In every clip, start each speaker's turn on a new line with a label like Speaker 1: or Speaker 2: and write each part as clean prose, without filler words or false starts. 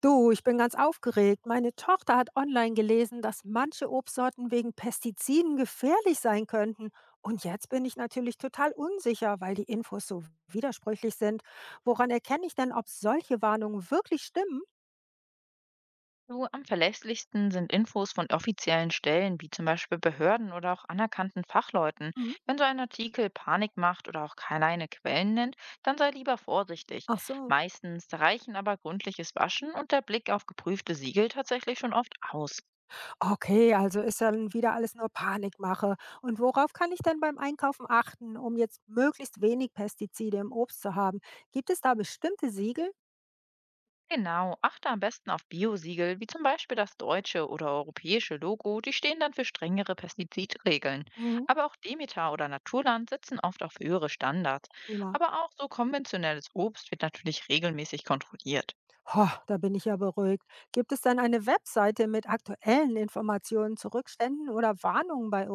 Speaker 1: Du, ich bin ganz aufgeregt. Meine Tochter hat online gelesen, dass manche Obstsorten wegen Pestiziden gefährlich sein könnten. Und jetzt bin ich natürlich total unsicher, weil die Infos so widersprüchlich sind. Woran erkenne ich denn, ob solche Warnungen wirklich stimmen?
Speaker 2: So, am verlässlichsten sind Infos von offiziellen Stellen, wie zum Beispiel Behörden oder auch anerkannten Fachleuten.
Speaker 1: Mhm.
Speaker 2: Wenn so ein Artikel Panik macht oder auch keine Quellen nennt, dann sei lieber vorsichtig.
Speaker 1: Ach so.
Speaker 2: Meistens reichen aber gründliches Waschen und der Blick auf geprüfte Siegel tatsächlich schon oft aus.
Speaker 1: Okay, also ist dann wieder alles nur Panikmache. Und worauf kann ich denn beim Einkaufen achten, um jetzt möglichst wenig Pestizide im Obst zu haben? Gibt es da bestimmte Siegel?
Speaker 2: Genau, achte am besten auf Biosiegel, wie zum Beispiel das deutsche oder europäische Logo, die stehen dann für strengere Pestizidregeln.
Speaker 1: Mhm.
Speaker 2: Aber auch Demeter oder Naturland setzen oft auf höhere Standards.
Speaker 1: Prima.
Speaker 2: Aber auch so konventionelles Obst wird natürlich regelmäßig kontrolliert.
Speaker 1: Ha, da bin ich ja beruhigt. Gibt es denn eine Webseite mit aktuellen Informationen zu Rückständen oder Warnungen bei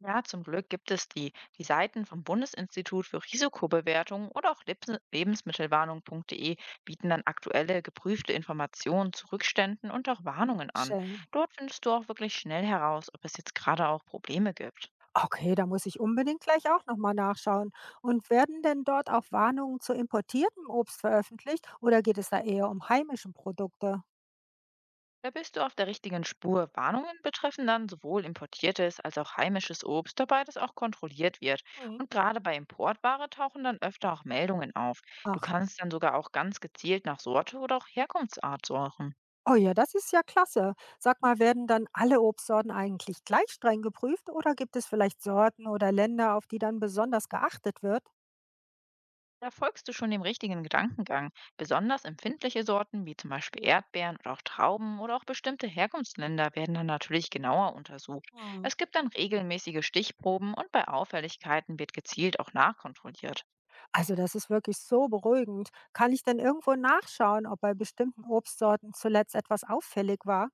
Speaker 2: Ja, zum Glück gibt es die, die Seiten vom Bundesinstitut für Risikobewertung oder auch lebensmittelwarnung.de bieten dann aktuelle, geprüfte Informationen zu Rückständen und auch Warnungen an.
Speaker 1: Obstschenken?
Speaker 2: Dort findest du auch wirklich schnell heraus, ob es jetzt gerade auch Probleme gibt.
Speaker 1: Okay, da muss ich unbedingt gleich auch nochmal nachschauen. Und werden denn dort auch Warnungen zu importiertem Obst veröffentlicht oder geht es da eher um heimische Produkte?
Speaker 2: Da bist du auf der richtigen Spur. Warnungen betreffen dann sowohl importiertes als auch heimisches Obst, dabei das auch kontrolliert wird.
Speaker 1: Mhm.
Speaker 2: Und gerade bei Importware tauchen dann öfter auch Meldungen auf. Du
Speaker 1: Ach,
Speaker 2: kannst dann sogar auch ganz gezielt nach Sorte oder auch Herkunftsart suchen.
Speaker 1: oh ja, das ist ja klasse. Sag mal, werden dann alle Obstsorten eigentlich gleich streng geprüft oder gibt es vielleicht Sorten oder Länder, auf die dann besonders geachtet wird?
Speaker 2: Da folgst du schon dem richtigen Gedankengang. Besonders empfindliche Sorten wie zum Beispiel Erdbeeren oder auch Trauben oder auch bestimmte Herkunftsländer werden dann natürlich genauer untersucht.
Speaker 1: Hm.
Speaker 2: Es gibt dann regelmäßige Stichproben und bei Auffälligkeiten wird gezielt auch nachkontrolliert.
Speaker 1: Also das ist wirklich so beruhigend. Kann ich denn irgendwo nachschauen, ob bei bestimmten Obstsorten zuletzt etwas auffällig war?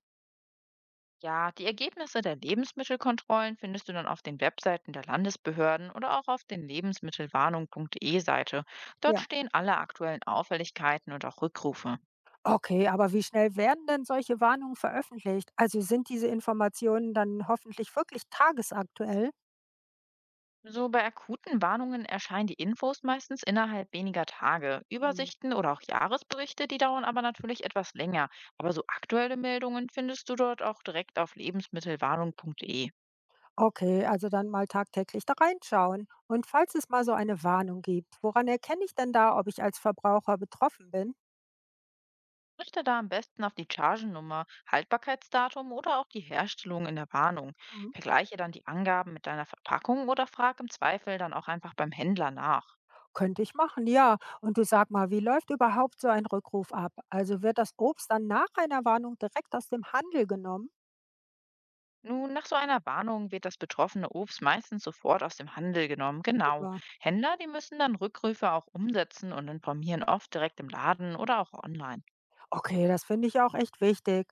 Speaker 2: Ja, die Ergebnisse der Lebensmittelkontrollen findest du dann auf den Webseiten der Landesbehörden oder auch auf den lebensmittelwarnung.de-Seite. Dort
Speaker 1: Ja.
Speaker 2: stehen alle aktuellen Auffälligkeiten und auch Rückrufe.
Speaker 1: Okay, aber wie schnell werden denn solche Warnungen veröffentlicht? Also sind diese Informationen dann hoffentlich wirklich tagesaktuell?
Speaker 2: So bei akuten Warnungen erscheinen die Infos meistens innerhalb weniger Tage.
Speaker 1: Hm.
Speaker 2: Übersichten oder auch Jahresberichte, die dauern aber natürlich etwas länger. Aber so aktuelle Meldungen findest du dort auch direkt auf lebensmittelwarnung.de.
Speaker 1: Okay, also dann mal tagtäglich da reinschauen. Und falls es mal so eine Warnung gibt, woran erkenne ich denn da, ob ich als Verbraucher betroffen bin?
Speaker 2: Richte da am besten auf die Chargennummer, Haltbarkeitsdatum oder auch die Herstellung in der Warnung. Vergleiche dann die Angaben mit deiner Verpackung oder frag im Zweifel dann auch einfach beim Händler nach.
Speaker 1: Könnte ich machen, ja. Und du sag mal, wie läuft überhaupt so ein Rückruf ab? Also wird das Obst dann nach einer Warnung direkt aus dem Handel genommen?
Speaker 2: Nun, nach so einer Warnung wird das betroffene Obst meistens sofort aus dem Handel genommen. Genau.
Speaker 1: Super.
Speaker 2: Händler, die müssen dann Rückrufe auch umsetzen und informieren oft direkt im Laden oder auch online.
Speaker 1: Okay, das finde ich auch echt wichtig.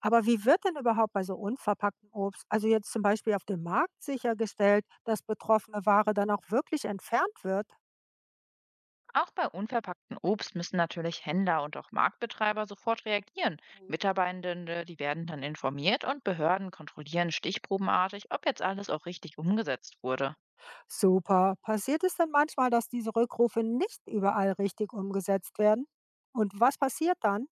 Speaker 1: Aber wie wird denn überhaupt bei so unverpacktem Obst, also jetzt zum Beispiel auf dem Markt sichergestellt, dass betroffene Ware dann auch wirklich entfernt wird?
Speaker 2: Auch bei unverpacktem Obst müssen natürlich Händler und auch Marktbetreiber sofort reagieren.
Speaker 1: Mhm.
Speaker 2: Mitarbeitende, die werden dann informiert und Behörden kontrollieren stichprobenartig, ob jetzt alles auch richtig umgesetzt wurde.
Speaker 1: Super. Passiert es denn manchmal, dass diese Rückrufe nicht überall richtig umgesetzt werden? Und was passiert dann?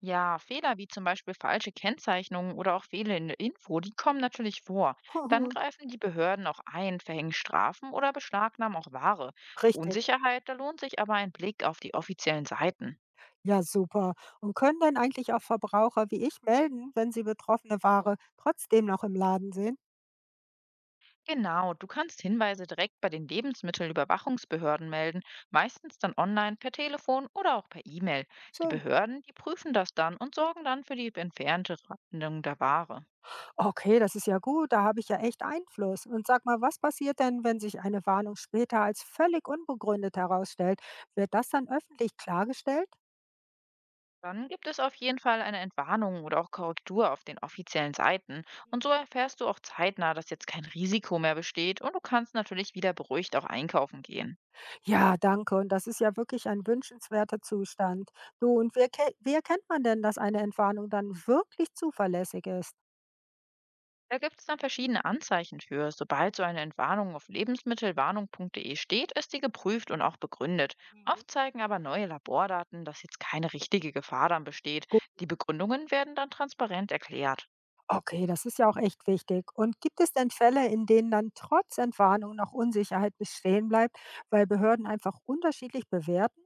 Speaker 2: Ja, Fehler wie zum Beispiel falsche Kennzeichnungen oder auch fehlende Info, die kommen natürlich vor. Dann greifen die Behörden auch ein, verhängen Strafen oder beschlagnahmen auch Ware.
Speaker 1: Richtig.
Speaker 2: Unsicherheit, da lohnt sich aber ein Blick auf die offiziellen Seiten.
Speaker 1: Ja, super. Und können dann eigentlich auch Verbraucher wie ich melden, wenn sie betroffene Ware trotzdem noch im Laden sehen?
Speaker 2: Genau, du kannst Hinweise direkt bei den Lebensmittelüberwachungsbehörden melden, meistens dann online, per Telefon oder auch per E-Mail. Die
Speaker 1: Schön.
Speaker 2: Behörden, die prüfen das dann und sorgen dann für die entfernte Verwendung der Ware.
Speaker 1: Okay, das ist ja gut, da habe ich ja echt Einfluss. Und sag mal, was passiert denn, wenn sich eine Warnung später als völlig unbegründet herausstellt? Wird das dann öffentlich klargestellt?
Speaker 2: Dann gibt es auf jeden Fall eine Entwarnung oder auch Korrektur auf den offiziellen Seiten. Und so erfährst du auch zeitnah, dass jetzt kein Risiko mehr besteht und du kannst natürlich wieder beruhigt auch einkaufen gehen.
Speaker 1: Ja, danke. Und das ist ja wirklich ein wünschenswerter Zustand. Du, und wie erkennt man denn, dass eine Entwarnung dann wirklich zuverlässig ist?
Speaker 2: Da gibt es dann verschiedene Anzeichen für. Sobald so eine Entwarnung auf lebensmittelwarnung.de steht, ist die geprüft und auch begründet.
Speaker 1: Mhm.
Speaker 2: Oft zeigen aber neue Labordaten, dass jetzt keine richtige Gefahr dann besteht. Die Begründungen werden dann transparent erklärt.
Speaker 1: Okay, das ist ja auch echt wichtig. Und gibt es denn Fälle, in denen dann trotz Entwarnung noch Unsicherheit bestehen bleibt, weil Behörden einfach unterschiedlich bewerten?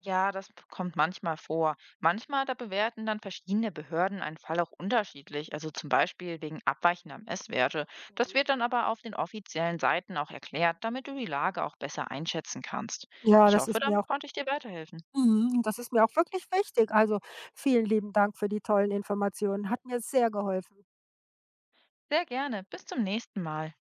Speaker 2: Ja, das kommt manchmal vor. Manchmal, da bewerten dann verschiedene Behörden einen Fall auch unterschiedlich, also zum Beispiel wegen abweichender Messwerte. Das wird dann aber auf den offiziellen Seiten auch erklärt, damit du die Lage auch besser einschätzen kannst.
Speaker 1: Ja,
Speaker 2: Ich
Speaker 1: das
Speaker 2: hoffe,
Speaker 1: ist mir
Speaker 2: damit
Speaker 1: auch,
Speaker 2: konnte ich dir weiterhelfen.
Speaker 1: mhm, das ist mir auch wirklich wichtig. Also vielen lieben Dank für die tollen Informationen. Hat mir sehr geholfen.
Speaker 2: Sehr gerne. Bis zum nächsten Mal.